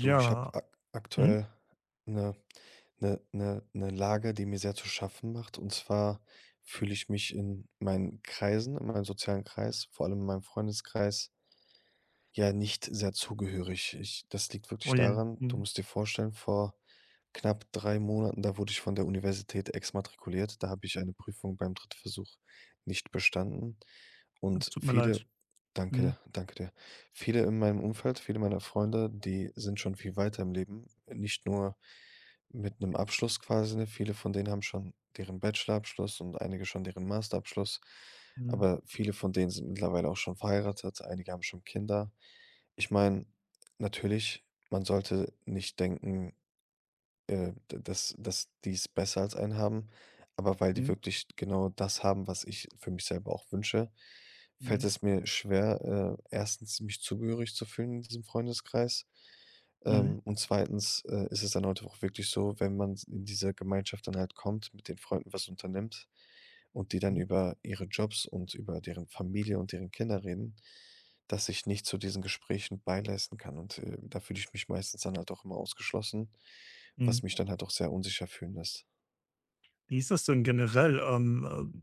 Du, ich habe ak Mhm. aktuell eine eine Lage, die mir sehr zu schaffen macht. Und zwar fühle ich mich in meinem sozialen Kreis, vor allem in meinem Freundeskreis, ja, nicht sehr zugehörig. Ich Das liegt wirklich Oh je. daran, du Mhm. musst dir vorstellen, vor knapp 3 Monaten, da wurde ich von der Universität exmatrikuliert. Da habe ich eine Prüfung beim Drittversuch nicht bestanden Es und tut mir viele leid. danke, Mhm. danke dir. Viele in meinem Umfeld, viele meiner Freunde, die sind schon viel weiter im Leben. Nicht nur mit einem Abschluss quasi, ne? Viele von denen haben schon deren Bachelorabschluss und einige schon deren Masterabschluss. Mhm. Aber viele von denen sind mittlerweile auch schon verheiratet, einige haben schon Kinder. Ich meine, natürlich, man sollte nicht denken, d dass dass die's besser als einen haben, aber weil die Mhm. wirklich genau das haben, was ich für mich selber auch wünsche, fällt Mhm. es mir schwer, 1. mich zugehörig zu fühlen in diesem Freundeskreis. Mhm. Und zweitens ist es dann heute auch wirklich so, wenn man s in diese Gemeinschaft dann halt kommt, mit den Freunden was unternimmt und die dann Mhm. über ihre Jobs und über deren Familie und deren Kinder reden, dass ich nicht zu diesen Gesprächen beileisten kann und, da fühle ich mich meistens dann halt auch immer ausgeschlossen, was Mhm. mich dann halt auch sehr unsicher fühlen lässt. Wie ist das denn generell?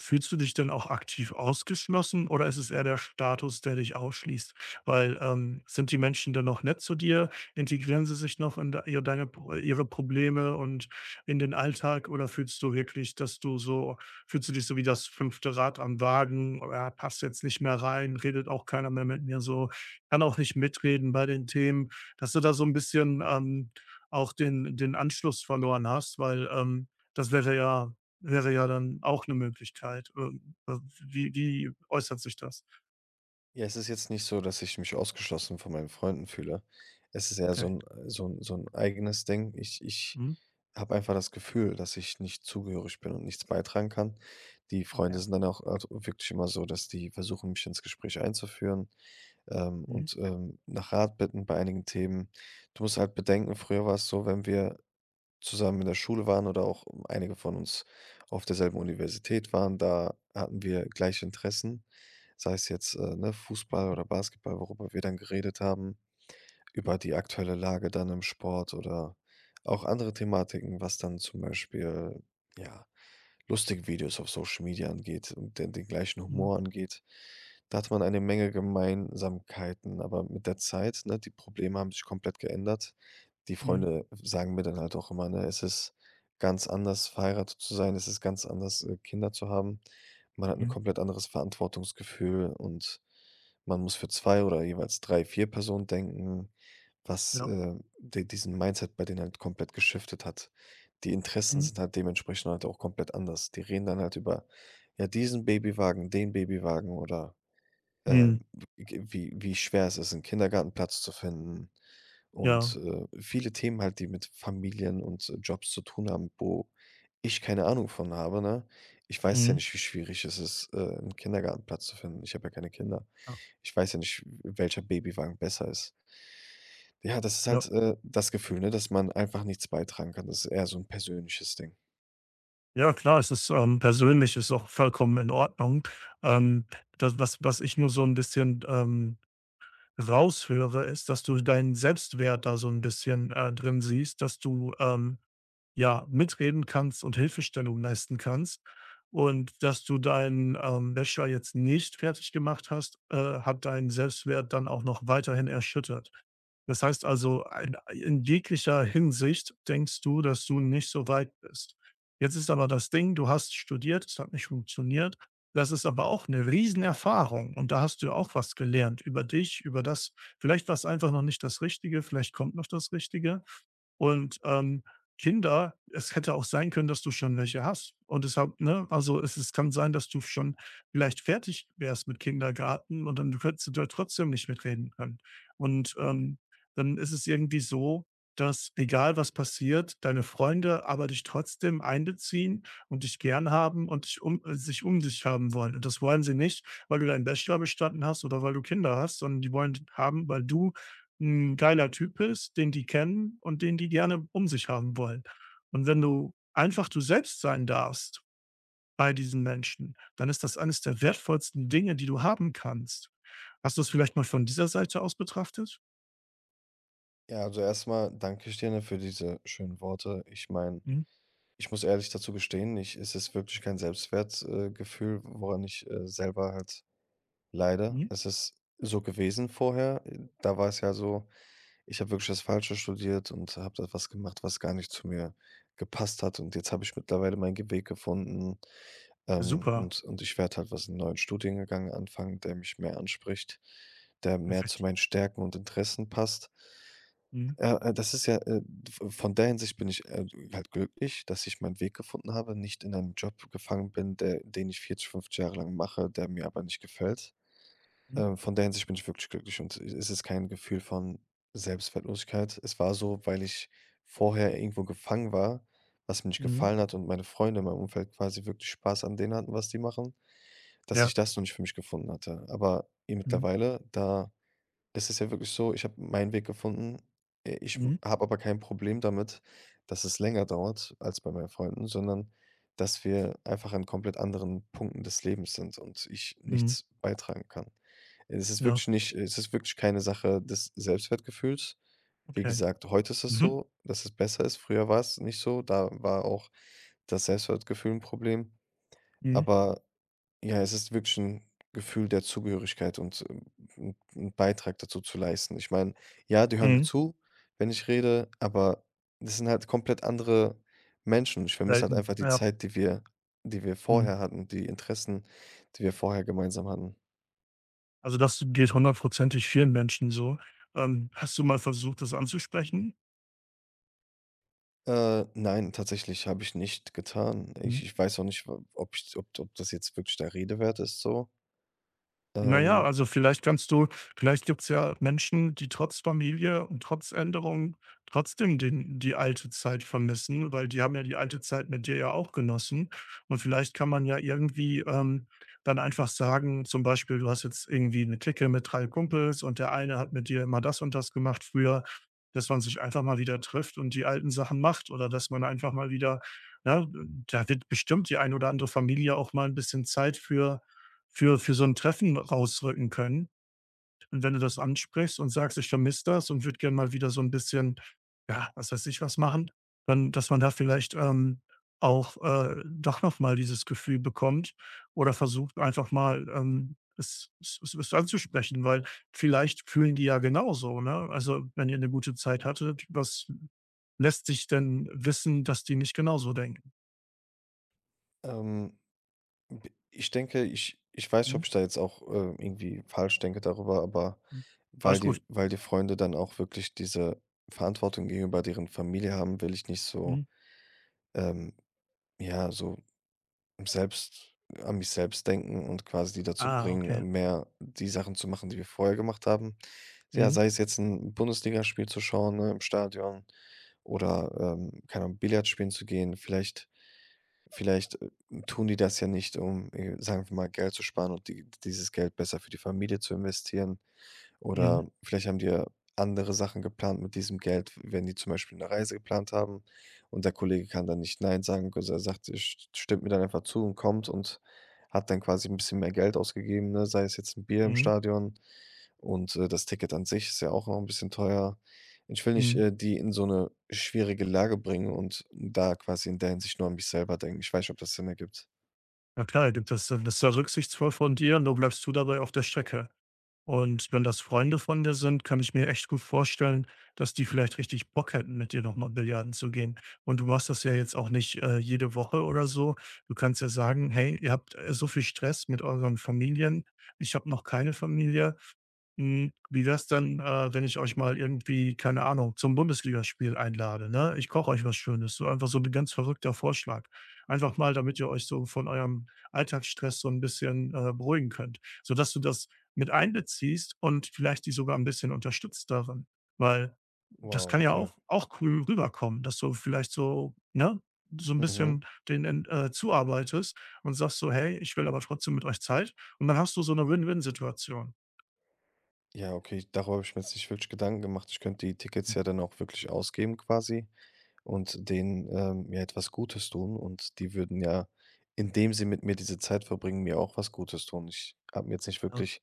Fühlst du dich denn auch aktiv ausgeschlossen, oder ist es eher der Status, der dich ausschließt? Weil, sind die Menschen denn noch nett zu dir? Integrieren sie sich noch in de ihr deine ihre Probleme und in den Alltag, oder fühlst du wirklich, dass du so fühlst du dich so wie das fünfte Rad am Wagen, ja, passt jetzt nicht mehr rein, redet auch keiner mehr mit mir so, kann auch nicht mitreden bei den Themen, dass du da so ein bisschen, auch den Anschluss verloren hast, weil, das wäre ja dann auch eine Möglichkeit. Wie äußert sich das? Ja, es ist jetzt nicht so, dass ich mich ausgeschlossen von meinen Freunden fühle. Es ist eher so Okay. ein so ein so ein eigenes Ding. Ich Mhm. habe einfach das Gefühl, dass ich nicht zugehörig bin und nichts beitragen kann. Die Freunde Okay. sind dann auch halt wirklich immer so, dass die versuchen, mich ins Gespräch einzuführen, Mhm. und, nach Rat bitten bei einigen Themen. Du musst halt bedenken, früher war es so, wenn wir zusammen in der Schule waren oder auch einige von uns auf derselben Universität waren. Da hatten wir gleiche Interessen, sei es jetzt, ne, Fußball Mhm. oder Basketball, worüber wir dann geredet haben, über die aktuelle Lage dann im Sport oder auch andere Thematiken, was dann zum Beispiel, ja, lustige Videos auf Social Media angeht und den gleichen Mhm. Humor angeht. Da hat man eine Menge Gemeinsamkeiten, aber mit der Zeit, ne, die Probleme haben sich komplett geändert. Die Mhm. Freunde sagen mir dann halt auch immer, ne, es ist ganz anders, verheiratet zu sein, es ist ganz anders, Kinder zu haben. Man hat ein Mhm. komplett anderes Verantwortungsgefühl und man muss für zwei oder jeweils drei, vier Personen denken. Was, Ja. Di diesen Mindset bei denen halt komplett geschiftet hat. Die Interessen Mhm. sind halt dementsprechend halt auch komplett anders. Die reden dann halt über, ja, diesen Babywagen, den Babywagen oder, Mhm. ähm, g wie wie schwer es ist, einen Kindergartenplatz zu finden, und, Ja. Viele Themen halt, die mit Familien und Jobs zu tun haben, wo ich keine Ahnung von habe, ne? Ich weiß ja Mhm. nicht, wie schwierig es ist, 'n Kindergartenplatz zu finden. Ich habe ja keine Kinder. Ja. Ich weiß ja nicht, welcher Babywagen besser ist. Ja, das ist Ja. halt, das Gefühl, ne, dass man einfach nichts beitragen kann. Das ist eher so ein persönliches Ding. Ja klar, es ist, persönlich, ist auch vollkommen in Ordnung. Ähm, das, was ich nur so ein bisschen, raushöre, ist, dass du deinen Selbstwert da so ein bisschen, drin siehst, dass du, ja, mitreden kannst und Hilfestellung leisten kannst. Und dass du deinen, Bachelor jetzt nicht fertig gemacht hast, hat deinen Selbstwert dann auch noch weiterhin erschüttert. Das heißt also, ein in jeglicher Hinsicht denkst du, dass du nicht so weit bist. Jetzt ist aber das Ding, du hast studiert, es hat nicht funktioniert. Das ist aber auch eine Riesenerfahrung, und da hast du auch was gelernt über dich, über das vielleicht war's einfach noch nicht das Richtige, vielleicht kommt noch das Richtige. Und, Kinder es hätte auch sein können, dass du schon welche hast. Und deshalb, ne, also es kann sein, dass du schon vielleicht fertig wärst mit Kindergarten, und dann könntest du da trotzdem nicht mitreden können. Und, dann ist es irgendwie so, dass egal was passiert, deine Freunde aber dich trotzdem einbeziehen und dich gern haben und dich um sich um dich haben wollen. Und das wollen sie nicht, weil du deinen Bachelor bestanden hast oder weil du Kinder hast, sondern die wollen dich haben, weil du ein geiler Typ bist, den die kennen und den die gerne um sich haben wollen. Und wenn du einfach du selbst sein darfst bei diesen Menschen, dann ist das eines der wertvollsten Dinge, die du haben kannst. Hast du es vielleicht mal von dieser Seite aus betrachtet? Ja, also erstmal danke ich dir, ne, für diese schönen Worte. Ich meine, Mhm, ich muss ehrlich dazu gestehen, ich es ist wirklich kein Selbstwertgefühl, Gefühl, woran ich, selber halt leide. mhm. Es ist so gewesen vorher. Da war es ja so. Ich habe wirklich das Falsche studiert und habe da was gemacht, was gar nicht zu mir gepasst hat. Und jetzt habe ich mittlerweile meinen Ge Weg gefunden. Ja, Ähm, super, und und ich werde halt was 'n neuen Studiengang anfangen, der mich mehr anspricht, der mehr zu perfekt. meinen Stärken und Interessen passt. Mhm, Das ist ja, v von der Hinsicht bin ich, halt glücklich, dass ich meinen Weg gefunden habe, nicht in einem Job gefangen bin, der den ich 40, 50 Jahre lang mache, der mir aber nicht gefällt. mhm, Von der Hinsicht bin ich wirklich glücklich und es ist kein Gefühl von Selbstwertlosigkeit. Es war so, weil ich vorher irgendwo gefangen war, was mir nicht mhm, gefallen hat und meine Freunde in meinem Umfeld quasi wirklich Spaß an denen hatten, was die machen, dass ja, ich das noch nicht für mich gefunden hatte. Aber i mhm, mittlerweile, da, es ist ja wirklich so, ich habe meinen Weg gefunden. Ich mhm, habe aber kein Problem damit, dass es länger dauert als bei meinen Freunden, sondern dass wir einfach an komplett anderen Punkten des Lebens sind und ich mhm, nichts beitragen kann. Ja, Es ist wirklich keine Sache des Selbstwertgefühls. Wie okay. gesagt, heute ist es Mhm, so, dass es besser ist. Früher war es nicht so, da war auch das Selbstwertgefühl ein Problem, mhm, aber ja, es ist wirklich ein Gefühl der Zugehörigkeit und, 'n Beitrag dazu zu leisten. Ich meine, ja, die hören mir mhm, zu, wenn ich rede, aber das sind halt komplett andere Menschen. Ich vermisse halt selten, einfach die ja, Zeit, die wir mhm. vorher hatten, die Interessen, die wir vorher gemeinsam hatten. Also, das geht hundertprozentig vielen Menschen so. Hast du mal versucht, das anzusprechen? Nein, tatsächlich habe ich nicht getan. Ich Mhm. ich weiß auch nicht, w ob ich ob ob das jetzt wirklich der Rede wert ist so. Na ja, Ähm, also vielleicht kannst du vielleicht gibt's ja Menschen, die trotz Familie und trotz Änderung trotzdem den die alte Zeit vermissen, weil die haben ja die alte Zeit mit dir ja auch genossen. Und vielleicht kann man ja irgendwie, dann einfach sagen, zum Beispiel, du hast jetzt irgendwie eine Clique mit 3 Kumpels, und der eine hat mit dir immer das und das gemacht früher, dass man sich einfach mal wieder trifft und die alten Sachen macht, oder dass man einfach mal wieder, ne, da wird bestimmt die ein oder andere Familie auch mal ein bisschen Zeit für für so ein Treffen rausrücken können. Und wenn du das ansprichst und sagst: „Ich vermisse das und würde gern mal wieder so ein bisschen, ja, was weiß ich was machen“, dann dass man da vielleicht, auch, doch noch mal dieses Gefühl bekommt, oder versucht einfach mal, es anzusprechen, weil vielleicht fühlen die ja genauso, ne? Also, wenn ihr eine gute Zeit hattet, was lässt sich denn wissen, dass die nicht genauso denken? ähm Ich denke, ich weiß nicht, Mhm, ob ich da jetzt auch, irgendwie falsch denke darüber, aber mhm. Alles gut. weil die Freunde dann auch wirklich diese Verantwortung gegenüber deren Familie haben, will ich nicht so, Mhm. ähm ja, so selbst an mich selbst denken und quasi die dazu Ah, bringen, okay. mehr die Sachen zu machen, die wir vorher gemacht haben. Ja, Mhm, sei es jetzt 'n Bundesligaspiel zu schauen, ne, im Stadion oder, keine Ahnung, Billard spielen zu gehen. Vielleicht, tun die das ja nicht, um, sagen wir mal, Geld zu sparen und dieses Geld besser für die Familie zu investieren. mhm, Oder vielleicht haben die ja andere Sachen geplant mit diesem Geld, wenn die zum Beispiel eine Reise geplant haben und der Kollege kann dann nicht nein sagen, also, er sagt, er st stimmt mir dann einfach zu und kommt und hat dann quasi ein bisschen mehr Geld ausgegeben, ne? Sei es jetzt ein Bier im mhm, Stadion und, das Ticket an sich ist ja auch noch ein bisschen teuer. Ich will nicht, mhm. Die in so eine schwierige Lage bringen und da quasi in der Hinsicht nur an mich selber denken. Ich weiß nicht, ob das Sinn ergibt. Na klar, gibt das das ist ja rücksichtsvoll von dir, nur bleibst du dabei auf der Strecke. Und wenn das Freunde von dir sind, kann ich mir echt gut vorstellen, dass die vielleicht richtig Bock hätten, mit dir nochmal Billiarden zu gehen. Und du machst das ja jetzt auch nicht jede Woche oder so. Du kannst ja sagen, hey, ihr habt so viel Stress mit euren Familien. Ich habe noch keine Familie. Hm, wie wär's dann, wenn ich euch mal irgendwie, keine Ahnung, zum Bundesligaspiel einlade, ne? Ich koche euch was Schönes, so einfach so ein ganz verrückter Vorschlag. Einfach mal, damit ihr euch so von eurem Alltagsstress so ein bisschen, beruhigen könnt, sodass du das mit einbeziehst und vielleicht die sogar ein bisschen unterstützt darin. Weil das Wow, kann ja okay. auch cool rüberkommen, dass du vielleicht so, ne, so ein Mhm. bisschen den zuarbeitest und sagst so: „Hey, ich will aber trotzdem mit euch Zeit.“ Und dann hast du so eine Win-Win-Situation. Ja, okay, darüber habe ich mir jetzt nicht wirklich Gedanken gemacht. Ich könnte die Tickets ja dann auch wirklich ausgeben quasi und denen, ja, etwas Gutes tun und die würden ja, indem sie mit mir diese Zeit verbringen, mir auch was Gutes tun. Ich habe mir jetzt nicht Ja. wirklich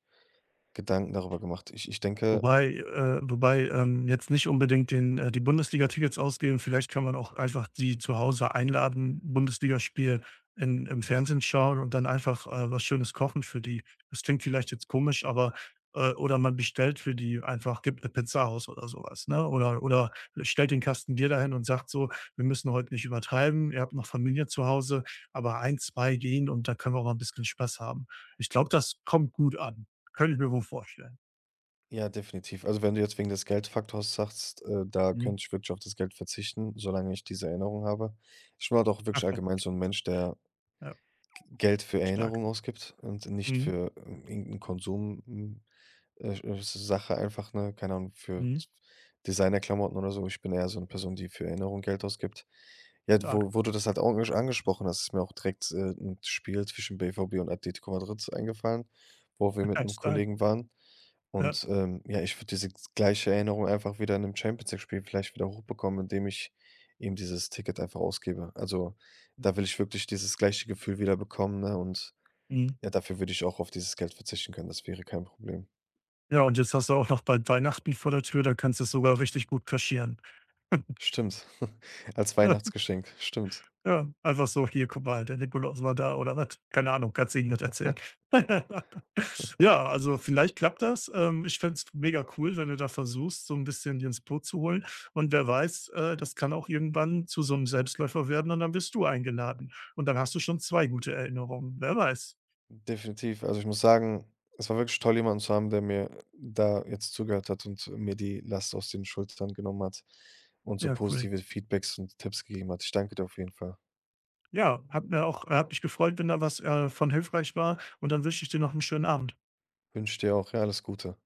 Gedanken darüber gemacht. Ich denke, Wobei wobei, jetzt nicht unbedingt den die Tickets ausgeben. Vielleicht kann man auch einfach die zu Hause einladen, Bundesligaspiel in im Fernsehen schauen und dann einfach, was Schönes kochen für die. Das klingt vielleicht jetzt komisch, aber oder man bestellt für die einfach gibt 'ne Pizza aus oder sowas, ne? Oder stellt den Kasten Bier dahin und sagt so: „Wir müssen heute nicht übertreiben. Ihr habt noch Familie zu Hause, aber ein 2 gehen, und da können wir auch mal 'n bisschen Spaß haben.“ Ich glaube, das kommt gut an. Könnte ich mir wohl vorstellen. ja, definitiv. Also, wenn du jetzt wegen des Geldfaktors sagst, da Mhm. könnte ich wirklich auf das Geld verzichten, solange ich diese Erinnerung habe. Ich bin halt auch wirklich allgemein so ein Mensch, der Ja, Geld für stark. Erinnerung ausgibt und nicht Mhm, für, irgend Konsum Sache einfach, ne? Keine Ahnung, für mhm, Designerklamotten oder so. Ich bin eher so eine Person, die für Erinnerung Geld ausgibt. Ja, stark. wo du das halt auch angesch angesprochen hast, ist mir auch direkt, 'n Spiel zwischen BVB und Atletico Madrid eingefallen, wo wir mit einem Stark. Kollegen waren. Ja, Und, ja, ich würde diese gleiche Erinnerung einfach wieder in einem Champions League-Spiel vielleicht wieder hochbekommen, indem ich ihm dieses Ticket einfach ausgebe. Also, ja. da will ich wirklich dieses gleiche Gefühl wieder bekommen, ne? Und, Mhm. ja, dafür würde ich auch auf dieses Geld verzichten können. Das wäre kein Problem. Ja, und jetzt hast du auch noch bald Weihnachten vor der Tür, da kannst du es sogar richtig gut kaschieren. Stimmt. Als Weihnachtsgeschenk. Stimmt. Ja, einfach so: „Hier, guck mal, der Nikolaus war da“, oder was? Keine Ahnung, kannst du ihnen nicht erzählen. Ja, also, vielleicht klappt das. Ich fände es mega cool, wenn du da versuchst, so ein bisschen dir ins Boot zu holen. Und wer weiß, das kann auch irgendwann zu so einem Selbstläufer werden, und dann bist du eingeladen. Und dann hast du schon 2 gute Erinnerungen. Wer weiß? Definitiv. Also, ich muss sagen, es war wirklich toll, jemanden zu haben, der mir da jetzt zugehört hat und mir die Last aus den Schultern genommen hat und so Ja, cool. positive Feedbacks und Tipps gegeben hat. Ich danke dir auf jeden Fall. Ja, hat mir auch hat mich gefreut, wenn da was, von hilfreich war, und dann wünsche ich dir noch einen schönen Abend. Wünsche dir auch, ja, alles Gute.